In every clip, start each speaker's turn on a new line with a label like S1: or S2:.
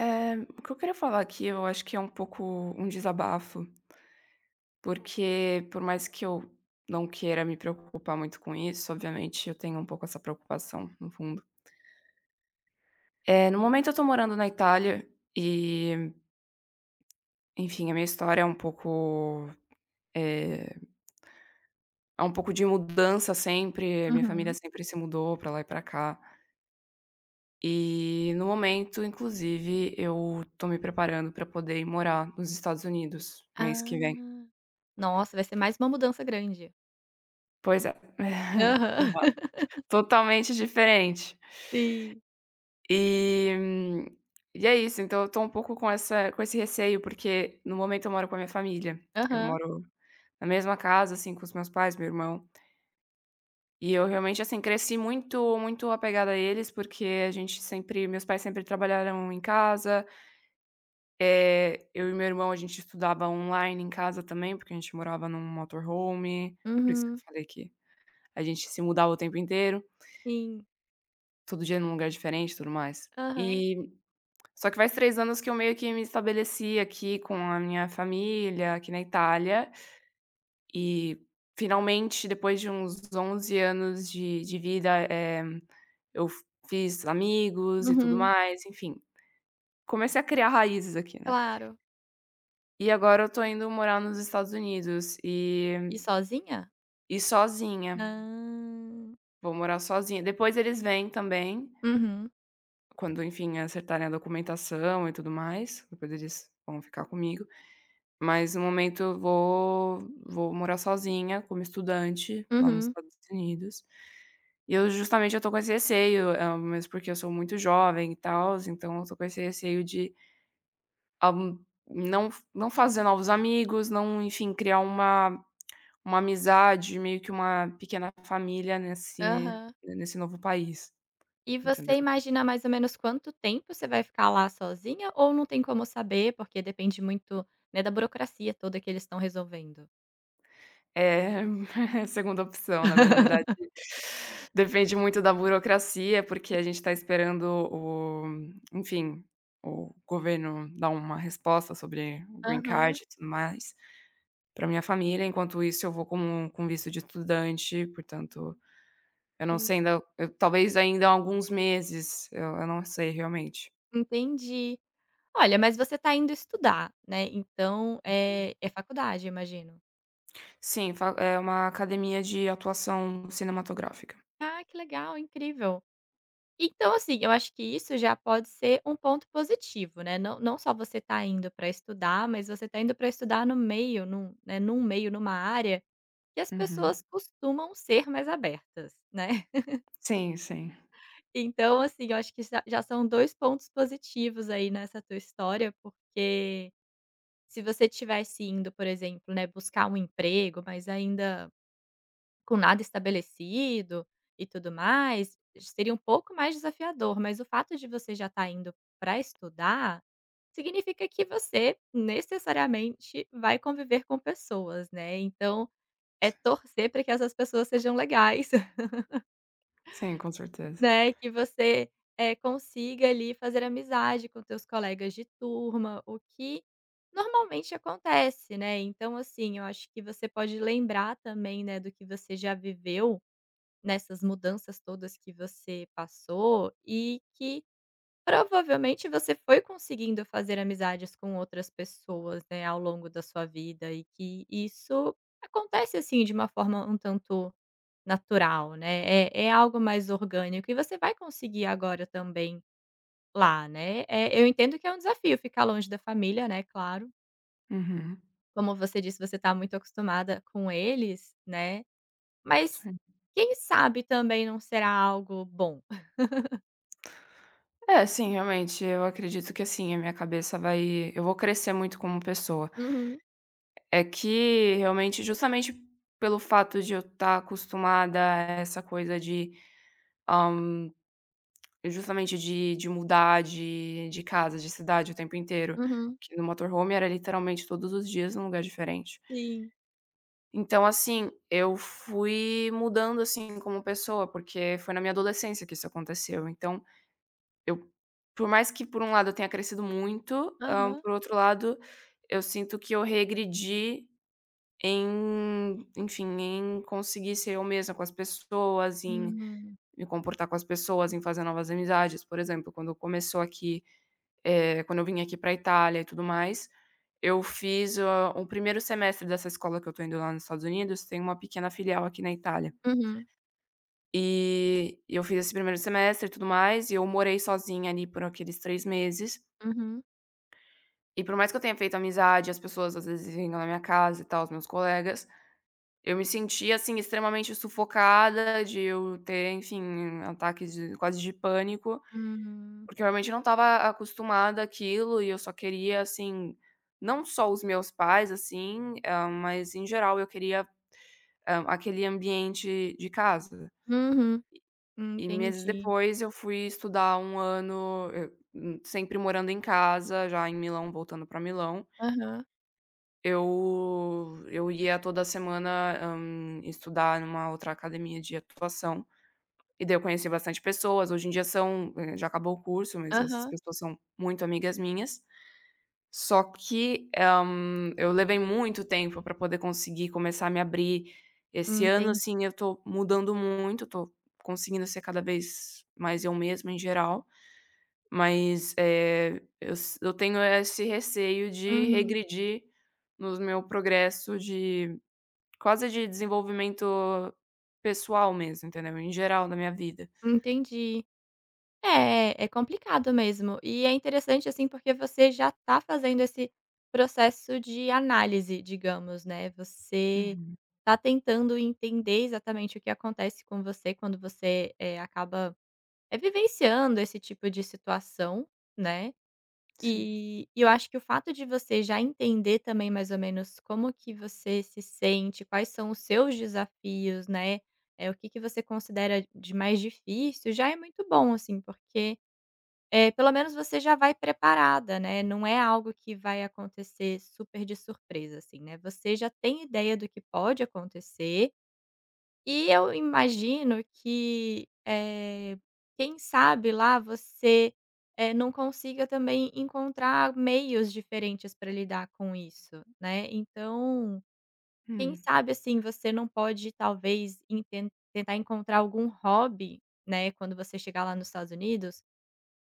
S1: O que eu queria falar aqui, eu acho que é um pouco um desabafo, porque por mais que eu não queira me preocupar muito com isso, obviamente eu tenho um pouco essa preocupação no fundo. No momento eu tô morando na Itália e, enfim, a minha história é um pouco, é é um pouco de mudança sempre, minha família
S2: Uhum.
S1: sempre se mudou pra lá e pra cá. E no momento, inclusive, eu tô me preparando pra poder ir morar nos Estados Unidos mês
S2: Ah.
S1: que vem.
S2: Nossa, vai ser mais uma mudança grande.
S1: Pois é.
S2: Aham.
S1: Exato. Totalmente diferente.
S2: Sim.
S1: E e é isso, então eu tô um pouco com esse receio, porque no momento eu moro com a minha família. Eu
S2: Aham.
S1: moro na mesma casa, assim, com os meus pais, meu irmão, e eu realmente, assim, cresci muito muito apegada a eles, porque a gente sempre meus pais sempre trabalharam em casa, é eu e meu irmão, a gente estudava online em casa também, porque a gente morava num motorhome, por isso que
S2: Uhum.
S1: eu falei que a gente se mudava o tempo inteiro,
S2: Sim.
S1: todo dia num lugar diferente e tudo mais.
S2: Aham.
S1: E Só que faz 3 anos que eu meio que me estabeleci aqui com a minha família, aqui na Itália, e finalmente depois de uns 11 anos de vida, eu fiz amigos e tudo
S2: Uhum.
S1: mais, enfim, comecei a criar raízes aqui, né.
S2: Claro.
S1: E agora eu tô indo morar nos Estados Unidos e
S2: E sozinha?
S1: e sozinha,
S2: Ah.
S1: vou morar sozinha. Depois eles vêm também,
S2: Uhum.
S1: quando, enfim, acertarem a documentação e tudo mais, depois eles vão ficar comigo. Mas no momento eu vou morar sozinha como estudante lá nos
S2: Uhum.
S1: Estados Unidos. E eu justamente eu tô com esse receio, mesmo porque eu sou muito jovem e tals, então eu tô com esse receio de, hã, não não fazer novos amigos, não, enfim, criar uma amizade, meio que uma pequena família nesse
S2: Aham.
S1: nesse novo país,
S2: E você
S1: entendeu?
S2: imagina mais ou menos quanto tempo você vai ficar lá sozinha ou não tem como saber, porque depende muito, né, da burocracia toda que eles estão resolvendo?
S1: É, segunda opção, na verdade. Depende muito da burocracia, porque a gente está esperando o enfim, o governo dar uma resposta sobre o green
S2: Aham.
S1: card e tudo mais, para minha família. Enquanto isso, eu vou com visto de estudante, portanto, eu não
S2: En
S1: sei ainda, eu talvez ainda há alguns meses, eu não sei realmente.
S2: Entendi. Olha, mas você está indo estudar, né, então, é faculdade, imagino.
S1: Sim, fa é uma academia de atuação cinematográfica.
S2: Ah, que legal, incrível. Então, assim, eu acho que isso já pode ser um ponto positivo, né, não só você está indo para estudar, mas você está indo para estudar no meio, num né, num meio, numa área que as
S1: Uhum.
S2: pessoas costumam ser mais abertas, né.
S1: Sim, sim.
S2: Então, assim, eu acho que já são 2 pontos positivos aí nessa tua história, porque se você tivesse indo, por exemplo, né, buscar um emprego, mas ainda com nada estabelecido e tudo mais, seria um pouco mais desafiador, mas o fato de você já estar indo para estudar, significa que você necessariamente vai conviver com pessoas, né. Então, é torcer para que essas pessoas sejam legais,
S1: Sim, com certeza.
S2: né, que você, consiga ali fazer amizade com teus colegas de turma, o que normalmente acontece, né. Então, assim, eu acho que você pode lembrar também, né, do que você já viveu nessas mudanças todas que você passou e que provavelmente você foi conseguindo fazer amizades com outras pessoas, né, ao longo da sua vida e que isso acontece, assim, de uma forma um tanto natural, né, é é algo mais orgânico e você vai conseguir agora também lá, né. Eu entendo que é um desafio ficar longe da família, né, claro,
S1: Uhum.
S2: como você disse, você está muito acostumada com eles, né, mas quem sabe também não será algo bom.
S1: É, sim, realmente, eu acredito que assim, a minha cabeça vai eu vou crescer muito como pessoa.
S2: Uhum,
S1: É que realmente, justamente pelo fato de eu estar acostumada a essa coisa de, hã, justamente de mudar de casa, de cidade o tempo inteiro,
S2: uhum.
S1: que no motorhome era literalmente todos os dias num lugar diferente.
S2: Sim.
S1: Então assim, eu fui mudando, assim, como pessoa, porque foi na minha adolescência que isso aconteceu, então Eu por mais que por um lado eu tenha crescido muito,
S2: Aham.
S1: por outro lado, eu sinto que eu regredi em, enfim, em conseguir ser eu mesma com as pessoas, em
S2: Hum.
S1: me comportar com as pessoas, em fazer novas amizades. Por exemplo, quando começou aqui, quando eu vim aqui pra Itália e tudo mais, eu fiz, o primeiro semestre dessa escola que eu tô indo lá nos Estados Unidos, tem uma pequena filial aqui na Itália.
S2: Uhum,
S1: E eu fiz esse primeiro semestre e tudo mais, e eu morei sozinha ali por aqueles 3 meses.
S2: uhum,
S1: E por mais que eu tenha feito amizade, as pessoas às vezes vinham na minha casa e tal, os meus colegas, eu me sentia, assim, extremamente sufocada, de eu ter, enfim, ataques de quase de pânico,
S2: hum.
S1: porque eu realmente não estava acostumada àquilo e eu só queria, assim, não só os meus pais, assim, mas em geral eu queria, aquele ambiente de casa.
S2: Uhum.
S1: E meses
S2: Entendi.
S1: depois eu fui estudar um ano, sempre morando em casa, já em Milão, voltando para Milão.
S2: Aham,
S1: Eu ia toda semana, estudar numa outra academia de atuação, e daí eu conheci bastante pessoas, hoje em dia já acabou o curso, mas essas
S2: aham.
S1: pessoas são muito amigas minhas. Só que, eu levei muito tempo para poder conseguir começar a me abrir. Esse ano,
S2: Entendi.
S1: assim, eu tô mudando muito, tô conseguindo ser cada vez mais eu mesma em geral. Mas, eu tenho esse receio de
S2: Uhum.
S1: regredir no meu progresso de quase de desenvolvimento pessoal mesmo, entendeu, em geral na minha vida.
S2: Entendi. É, é complicado mesmo. E é interessante, assim, porque você já tá fazendo esse processo de análise, digamos, né, você
S1: Uhum,
S2: tá tentando entender exatamente o que acontece com você quando você, acaba, vivenciando esse tipo de situação, né.
S1: sim.
S2: E eu acho que o fato de você já entender também mais ou menos como que você se sente, quais são os seus desafios, né, é o que você considera de mais difícil, já é muito bom, assim, porque, é pelo menos você já vai preparada, né, não é algo que vai acontecer super de surpresa, assim, né, você já tem ideia do que pode acontecer e eu imagino que, quem sabe lá você, não consiga também encontrar meios diferentes para lidar com isso, né. Então, quem
S1: Hum,
S2: sabe, assim, você não pode talvez inten tentar encontrar algum hobby, né, quando você chegar lá nos Estados Unidos,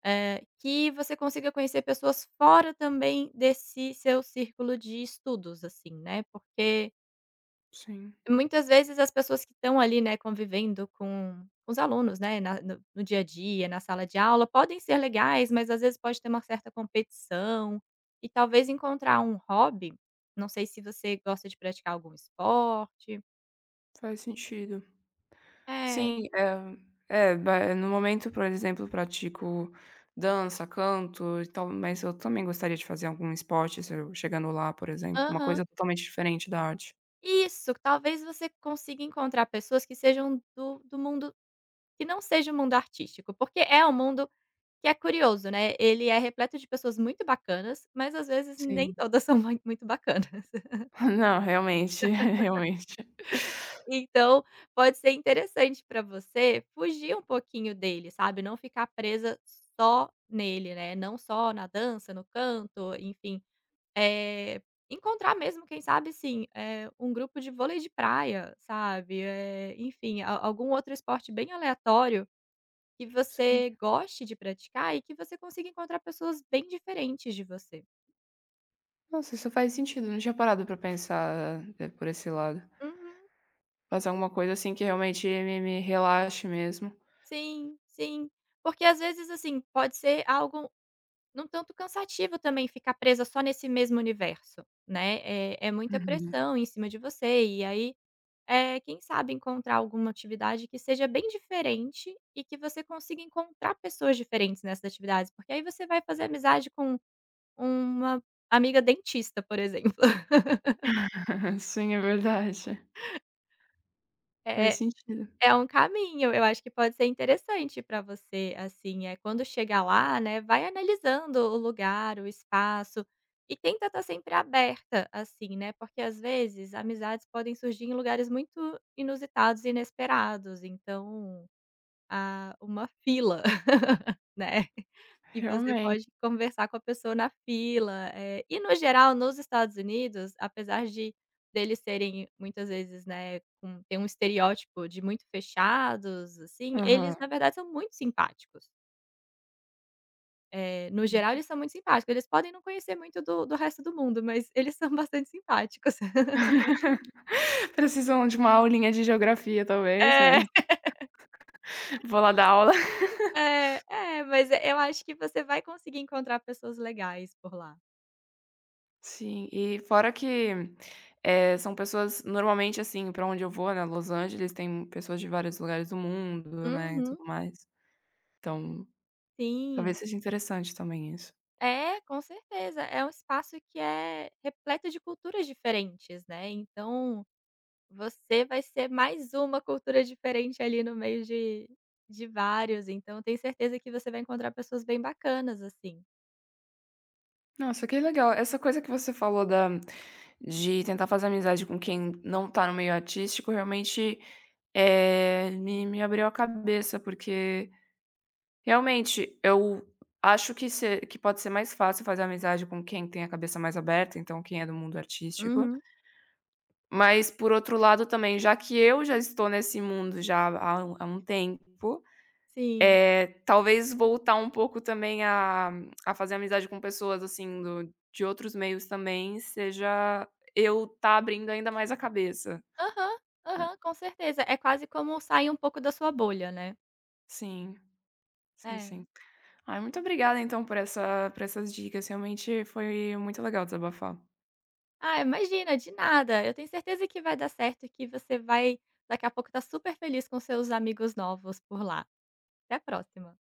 S2: que você consiga conhecer pessoas fora também desse seu círculo de estudos, assim, né. Porque
S1: sim,
S2: muitas vezes as pessoas que estão ali, né, convivendo com os alunos, né, na no no dia a dia, na sala de aula, podem ser legais, mas às vezes pode ter uma certa competição, e talvez encontrar um hobby, não sei se você gosta de praticar algum esporte.
S1: faz sentido.
S2: É.
S1: Sim, é é, ba no momento, por exemplo, pratico dança, canto e tal, mas eu também gostaria de fazer algum esporte se eu chegando lá, por exemplo, uma
S2: Aham.
S1: coisa totalmente diferente da arte.
S2: Isso, talvez você consiga encontrar pessoas que sejam do mundo que não seja o mundo artístico, porque é um mundo que é curioso, né, ele é repleto de pessoas muito bacanas, mas às vezes nem
S1: Sim.
S2: todas são muito bacanas.
S1: Não, realmente, realmente.
S2: Então, pode ser interessante para você fugir um pouquinho dele, sabe, não ficar presa só nele, né, não só na dança, no canto, enfim. Eh, Encontrar mesmo, quem sabe, sim, um grupo de vôlei de praia, sabe, enfim, a algum outro esporte bem aleatório que
S1: Sim.
S2: você goste de praticar e que você consiga encontrar pessoas bem diferentes de você.
S1: Nossa, isso faz sentido, não tinha parado pra pensar, por esse lado.
S2: Uhum.
S1: Fazer alguma coisa, assim, que realmente me relaxe mesmo.
S2: Sim, sim. Porque às vezes, assim, pode ser algo num tanto cansativo também ficar presa só nesse mesmo universo, né, é muita
S1: Uhum.
S2: pressão em cima de você e aí, quem sabe encontrar alguma atividade que seja bem diferente e que você consiga encontrar pessoas diferentes nessas atividades, porque aí você vai fazer amizade com uma amiga dentista, por exemplo.
S1: Sim, é verdade. Faz sentido,
S2: É um caminho, eu acho que pode ser interessante para você, assim, é quando chegar lá, né, vai analisando o lugar, o espaço, e tenta estar sempre aberta, assim, né, porque às vezes amizades podem surgir em lugares muito inusitados e inesperados, então, ah, uma fila, né. E você
S1: realmente.
S2: pode conversar com a pessoa na fila, e no geral nos Estados Unidos, apesar de deles serem muitas vezes, né, com tem um estereótipo de muito fechados, assim,
S1: Aham.
S2: eles na verdade são muito simpáticos. No geral eles são muito simpáticos, eles podem não conhecer muito do resto do mundo, mas eles são bastante simpáticos.
S1: Precisam de uma aulinha de geografia, talvez, mas
S2: É.
S1: vou lá dar aula.
S2: É, é, mas eu acho que você vai conseguir encontrar pessoas legais por lá.
S1: Sim, e fora que, são pessoas normalmente, assim, pra onde eu vou, né, Los Angeles, tem pessoas de vários lugares do mundo, né, e
S2: Uhum,
S1: tudo mais. Então, talvez
S2: sim.
S1: seja interessante também isso.
S2: É, com certeza. É um espaço que é repleto de culturas diferentes, né, então você vai ser mais uma cultura diferente ali no meio de vários, então tenho certeza que você vai encontrar pessoas bem bacanas, assim.
S1: Nossa, que legal. Essa coisa que você falou da de tentar fazer amizade com quem não tá no meio artístico, realmente, me abriu a cabeça, porque realmente eu acho que se que pode ser mais fácil fazer amizade com quem tem a cabeça mais aberta, então quem é do mundo artístico,
S2: Uhum,
S1: mas por outro lado também, já que eu já estou nesse mundo já há um tempo,
S2: sim.
S1: é, talvez voltar um pouco também a fazer amizade com pessoas, assim, do de outros meios também, seja eu tá abrindo ainda mais a cabeça,
S2: Aham,
S1: né.
S2: aham, com certeza. É quase como sair um pouco da sua bolha, né.
S1: Sim, sim,
S2: É.
S1: sim. Ai, muito obrigada então por essas dicas, realmente foi muito legal desabafar.
S2: Ah, imagina, de nada. Eu tenho certeza que vai dar certo, e que você vai daqui a pouco tá super feliz com seus amigos novos por lá. Até a próxima.